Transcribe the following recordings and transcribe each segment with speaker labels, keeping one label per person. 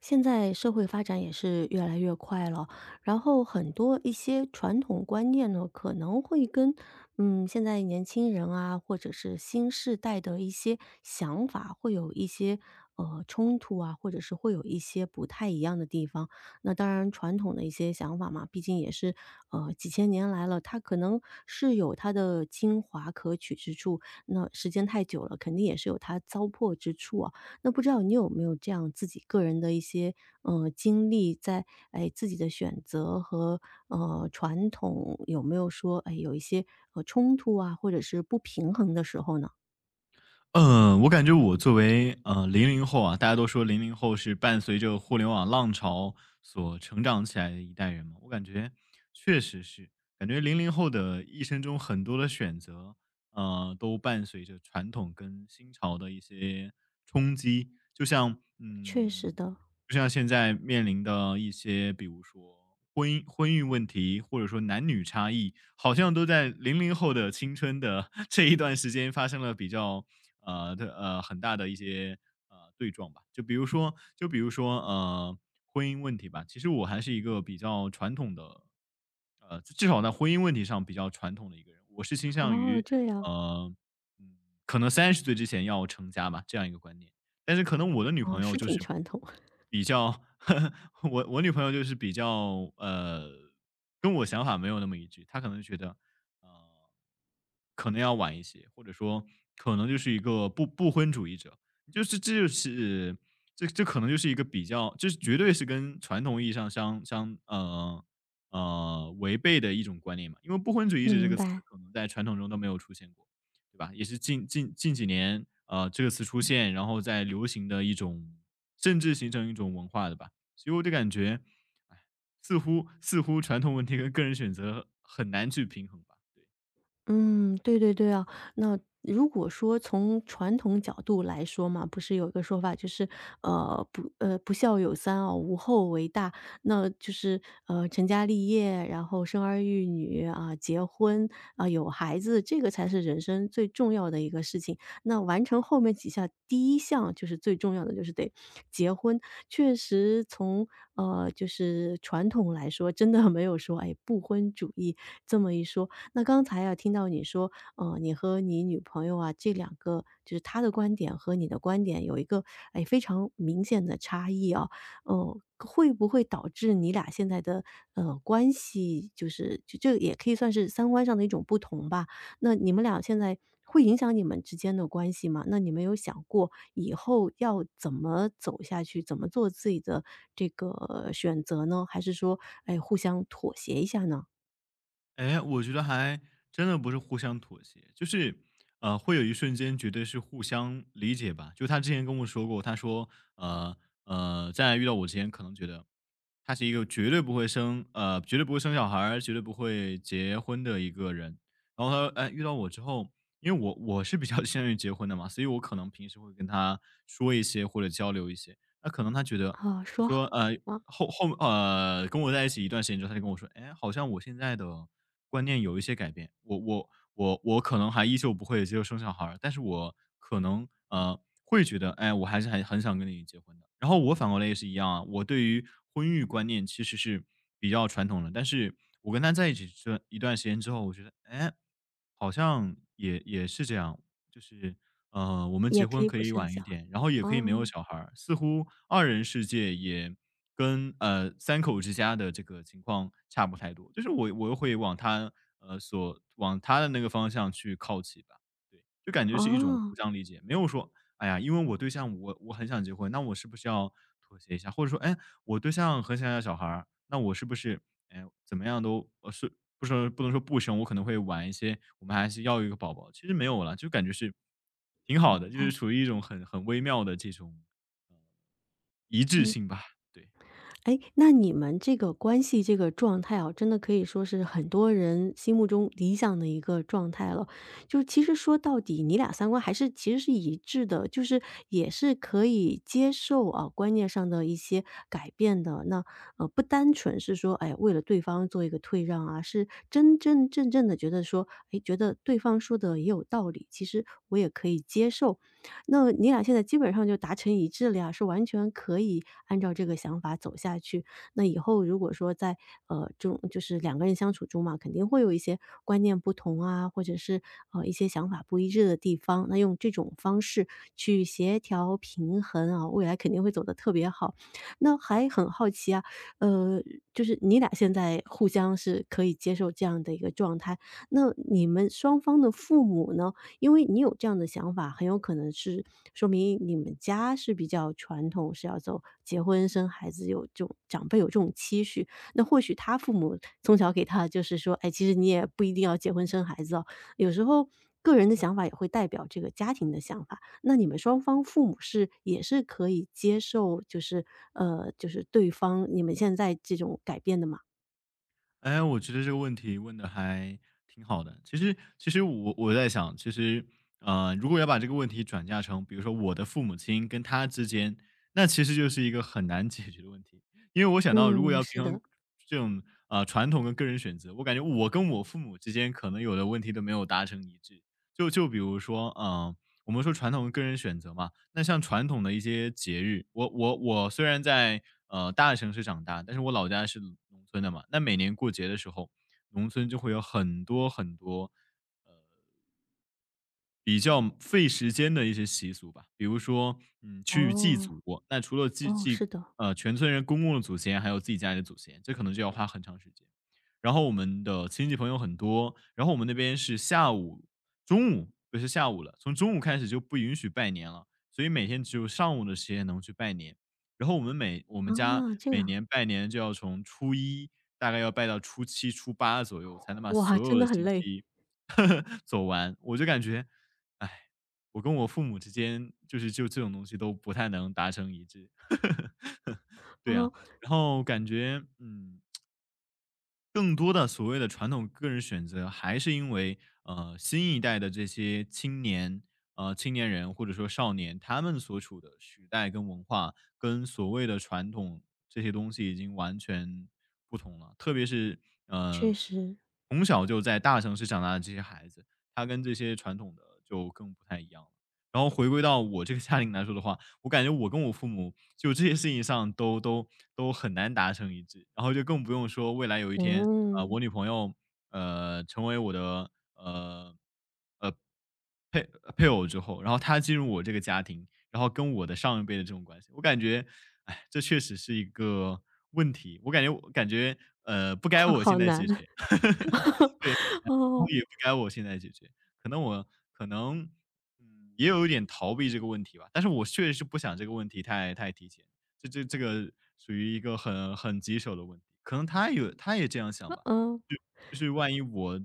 Speaker 1: 现在社会发展也是越来越快了，然后很多一些传统观念呢，可能会跟现在年轻人啊，或者是新世代的一些想法会有一些冲突啊，或者是会有一些不太一样的地方。那当然，传统的一些想法嘛，毕竟也是几千年来了，它可能是有它的精华可取之处。那时间太久了，肯定也是有它糟粕之处啊。那不知道你有没有这样自己个人的一些，经历，在，哎，自己的选择和，传统有没有说，哎，有一些，冲突啊，或者是不平衡的时候呢？
Speaker 2: 我感觉我作为零零后啊，大家都说零零后是伴随着互联网浪潮所成长起来的一代人嘛，我感觉确实是，感觉零零后的一生中很多的选择，都伴随着传统跟新潮的一些冲击。就像
Speaker 1: 确实
Speaker 2: 嗯，
Speaker 1: 的。
Speaker 2: 就像现在面临的一些，比如说婚姻婚育问题，或者说男女差异，好像都在零零后的青春的 这一段时间发生了比较呃的呃很大的一些对撞吧。就比如说婚姻问题吧。其实我还是一个比较传统的，至少在婚姻问题上比较传统的一个人。我是倾向
Speaker 1: 哦，
Speaker 2: 于
Speaker 1: 这样。
Speaker 2: 呃嗯，可能30岁之前要成家吧，这样一个观念。但是可能我的女
Speaker 1: 哦，
Speaker 2: 朋
Speaker 1: 是
Speaker 2: 友就
Speaker 1: 挺
Speaker 2: 是
Speaker 1: 传统。
Speaker 2: 比较 我女朋友就是比较跟我想法没有那么一致，她可能觉得，呃，可能要晚一些，或者说可能就是一个不婚主义者，就是这就是这可能就是一个比较，这就是绝对是跟传统意义上相违背的一种观念嘛，因为不婚主义者这
Speaker 1: 明
Speaker 2: 个词
Speaker 1: 白。
Speaker 2: 可能在传统中都没有出现过，对吧？也是近几年这个词出现，然后在流行的一种，甚至形成一种文化的吧，所以我就感觉，哎，似乎传统问题跟个人选择很难去平衡吧，对。
Speaker 1: 嗯，对对对啊。那如果说从传统角度来说嘛，不是有一个说法就是，不孝有三啊，无后为大。那就是，成家立业，然后生儿育女啊，结婚啊，有孩子，这个才是人生最重要的一个事情。那完成后面几项，第一项就是最重要的，就是得结婚。确实从，就是传统来说，真的没有说，哎，不婚主义这么一说。那刚才啊，听到你说，你和你女朋友啊，这两个就是她的观点和你的观点有一个，哎，非常明显的差异啊，会不会导致你俩现在的，关系就这也可以算是三观上的一种不同吧？那你们俩现在会影响你们之间的关系吗？那你们有想过以后要怎么走下去，怎么做自己的这个选择呢？还是说，哎，互相妥协一下呢？
Speaker 2: 哎，我觉得还真的不是互相妥协，就是，会有一瞬间觉得是互相理解吧。就他之前跟我说过，他说，呃在遇到我之前，可能觉得他是一个绝对不会生小孩儿绝对不会结婚的一个人。然后他，哎，遇到我之后，因为我是比较 倾向于结婚的嘛，所以我可能平时会跟他说一些或者交流一些。那可能他觉得
Speaker 1: 啊，
Speaker 2: 他
Speaker 1: 说好。
Speaker 2: 说，呃，后后呃，跟我在一起一段时间之后，他就跟我说，哎，好像我现在的观念有一些改变，我可能还依旧不会接受生小孩儿，但是我可能会觉得，哎，我还是很想跟你结婚的。然后我反过来也是一样啊，我对于婚育观念其实是比较传统的，但是我跟他在一起这一段时间之后，我觉得，哎，好像也是这样，就是我们
Speaker 1: 也
Speaker 2: 结
Speaker 1: 可
Speaker 2: 婚
Speaker 1: 以
Speaker 2: 可
Speaker 1: 不
Speaker 2: 以
Speaker 1: 生
Speaker 2: 晚
Speaker 1: 小
Speaker 2: 一
Speaker 1: 孩。
Speaker 2: 点，然后也可以没有
Speaker 1: 哦。
Speaker 2: 小孩儿。似乎二人世界也跟三口之家的这个情况差不太多，就是我又会往他的那个方向去靠齐吧。对，就感觉是一种互
Speaker 1: 哦。
Speaker 2: 相理解，没有说，哎呀，因为我对象我很想结婚，那我是不是要妥协一下？或者说，哎，我对象很想要小孩儿，那我是不是，哎，怎么样都不能说不生，我可能会晚一些，我们还是要一个宝宝。其实没有了，就感觉是挺好的，就是处于一种很微妙的这种一致
Speaker 1: 嗯。
Speaker 2: 性吧。对。
Speaker 1: 哎，那你们这个关系这个状态啊，真的可以说是很多人心目中理想的一个状态了。就其实说到底，你俩三观还是其实是一致的，就是也是可以接受啊，观念上的一些改变的。那，不单纯是说，哎，为了对方做一个退让啊，是真真正正的觉得说，哎觉得对方说的也有道理，其实我也可以接受。那你俩现在基本上就达成一致了呀，是完全可以按照这个想法走下去。那以后如果说在这种就是两个人相处中嘛，肯定会有一些观念不同啊，或者是一些想法不一致的地方，那用这种方式去协调平衡啊，未来肯定会走得特别好。那还很好奇啊，呃，就是你俩现在互相是可以接受这样的一个状态，那你们双方的父母呢？因为你有这样的想法，很有可能是说明你们家是比较传统，是要走结婚生孩子，有这种长辈有这种期许。那或许他父母从小给他的就是说，哎，其实你也不一定要结婚生孩子哦。有时候个人的想法也会代表这个家庭的想法。那你们双方父母是也是可以接受，就是就是对方你们现在这种改变的嘛？
Speaker 2: 哎，我觉得这个问题问的还挺好的。其实我在想，其实，如果要把这个问题转嫁成，比如说我的父母亲跟他之间，那其实就是一个很难解决的问题。因为我想到，如果
Speaker 1: 嗯，
Speaker 2: 要
Speaker 1: 是
Speaker 2: 平衡
Speaker 1: 的。
Speaker 2: 这种传统跟个人选择，我感觉我跟我父母之间可能有的问题都没有达成一致。就比如说，我们说传统个人选择嘛，那像传统的一些节日，我虽然在大城市长大，但是我老家是农村的嘛，那每年过节的时候，农村就会有很多很多比较费时间的一些习俗吧，比如说，去祭
Speaker 1: 哦。
Speaker 2: 祖，那除了祭
Speaker 1: 哦，
Speaker 2: 祭
Speaker 1: 是的。
Speaker 2: 呃全村人公共的祖先，还有自己家里的祖先，这可能就要花很长时间。然后我们的亲戚朋友很多，然后我们那边是下午、中午，不是下午了，从中午开始就不允许拜年了，所以每天只有上午的时间能去拜年。然后我们家
Speaker 1: 啊，这
Speaker 2: 每
Speaker 1: 样。
Speaker 2: 年拜年就要从初一大概要拜到初七、初八左右，才能把
Speaker 1: 哇，
Speaker 2: 所
Speaker 1: 真
Speaker 2: 有
Speaker 1: 的
Speaker 2: 的
Speaker 1: 很
Speaker 2: 星
Speaker 1: 累。
Speaker 2: 期 走完。我就感觉唉，我跟我父母之间就这种东西都不太能达成一致。对啊，
Speaker 1: 啊。
Speaker 2: 然后感觉，更多的所谓的传统个人选择，还是因为新一代的这些青年人或者说少年，他们所处的时代跟文化跟所谓的传统这些东西已经完全不同了。特别是
Speaker 1: 确
Speaker 2: 呃
Speaker 1: 实。
Speaker 2: 从小就在大城市长大的这些孩子，他跟这些传统的就更不太一样了。然后回归到我这个家庭来说的话，我感觉我跟我父母就这些事情上都很难达成一致，然后就更不用说未来有一天，
Speaker 1: 嗯。
Speaker 2: 我女朋友，成为我的配配偶之后，然后她进入我这个家庭，然后跟我的上一辈的这种关系，我感觉，哎，这确实是一个问题，我感觉不该 我现
Speaker 1: 好
Speaker 2: 在解
Speaker 1: 难
Speaker 2: 决。然后
Speaker 1: 哦。
Speaker 2: 也不该我现在解决。可能我可能也有一点逃避这个问题吧，但是我确实是不想这个问题太提前，这个属于一个很棘手的问题。可能他也这样想吧，
Speaker 1: 嗯。
Speaker 2: 就就是万一我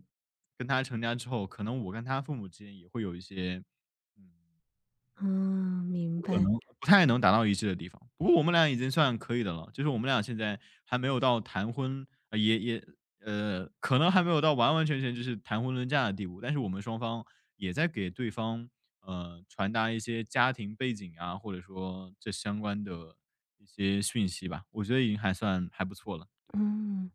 Speaker 2: 跟他成家之后，可能我跟他父母之间也会有一些，嗯
Speaker 1: 嗯，明
Speaker 2: 不可
Speaker 1: 白。
Speaker 2: 能不太能达到一致的地方，不过我们俩已经算可以的了。就是我们俩现在还没有到谈婚，呃也也呃，可能还没有到完完全全就是谈婚论嫁的地步，但是我们双方也在给对方传达一些家庭背景啊，或者说这相关的一些讯息吧。我觉得已经还算还不错了。对。
Speaker 1: 嗯，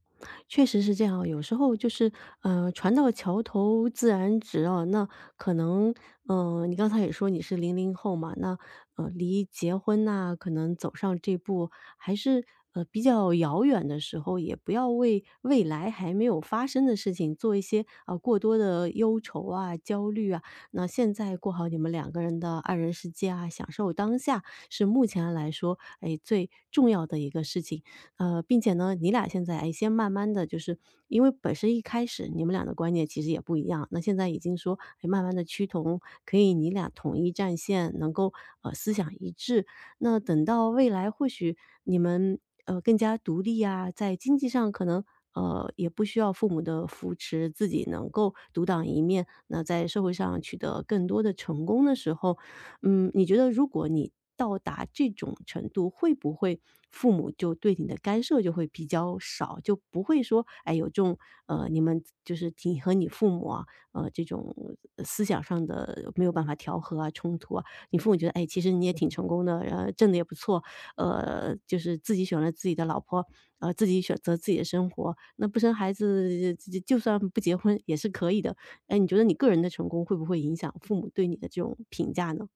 Speaker 1: 确实是这样啊有时候就是，船到桥头自然直啊。那可能，嗯，你刚才也说你是零零后嘛，那离结婚呐、可能走上这步还是比较遥远的时候，也不要为未来还没有发生的事情做一些啊、过多的忧愁啊、焦虑啊。那现在过好你们两个人的二人世界啊，享受当下是目前来说，哎，最重要的一个事情。并且呢，你俩现在哎，先慢慢的，就是因为本身一开始你们俩的观念其实也不一样，那现在已经说，哎，慢慢的趋同，可以你俩统一战线，能够，思想一致。那等到未来或许你们，更加独立啊，在经济上可能，也不需要父母的扶持，自己能够独当一面，那在社会上取得更多的成功的时候，嗯，你觉得如果你到达这种程度，会不会父母就对你的干涉就会比较少，就不会说，哎，有这种你们就是你和你父母啊，这种思想上的没有办法调和啊，冲突啊，你父母觉得，哎，其实你也挺成功的，然后挣的也不错，就是自己选了自己的老婆，自己选择自己的生活，那不生孩子，就算不结婚也是可以的。哎，你觉得你个人的成功会不会影响父母对你的这种评价呢？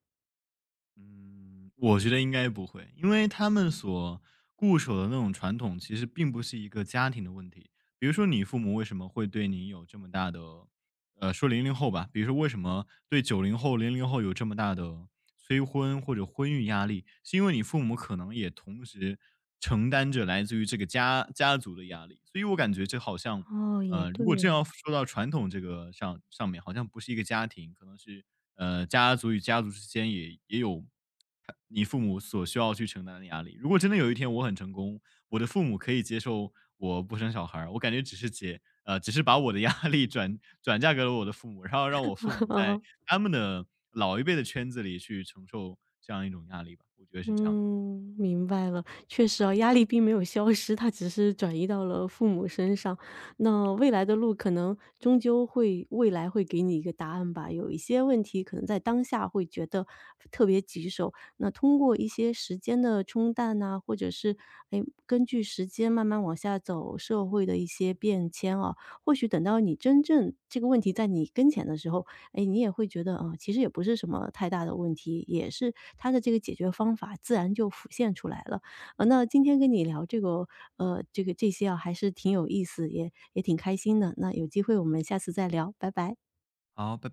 Speaker 2: 嗯，我觉得应该不会，因为他们所固守的那种传统，其实并不是一个家庭的问题。比如说，你父母为什么会对你有这么大的，说零零后吧，比如说为什么对90后、零零后有这么大的催婚或者婚育压力，是因为你父母可能也同时承担着来自于这个家族的压力。所以我感觉这好像，
Speaker 1: 哦，也
Speaker 2: 如果
Speaker 1: 对
Speaker 2: 这
Speaker 1: 哦。
Speaker 2: 样说到传统这个上面，好像不是一个家庭，可能是家族与家族之间也有你父母所需要去承担的压力。如果真的有一天我很成功，我的父母可以接受我不生小孩儿，我感觉只是把我的压力转嫁给了我的父母，然后让我父 母在
Speaker 1: 啊。
Speaker 2: 他们的老一辈的圈子里去承受这样一种压力吧，我觉得是这样的。
Speaker 1: 嗯，明白了。确实啊，压力并没有消失，它只是转移到了父母身上。那未来的路可能终究会未来会给你一个答案吧。有一些问题可能在当下会觉得特别棘手，那通过一些时间的冲淡呐、或者是哎，根据时间慢慢往下走，社会的一些变迁啊，或许等到你真正这个问题在你跟前的时候，哎，你也会觉得，啊，其实也不是什么太大的问题，也是他的这个解决方法自然就浮现出来了。那今天跟你聊这个，这些啊，还是挺有意思，也挺开心的。那有机会我们下次再聊，拜拜。
Speaker 2: 好，拜拜。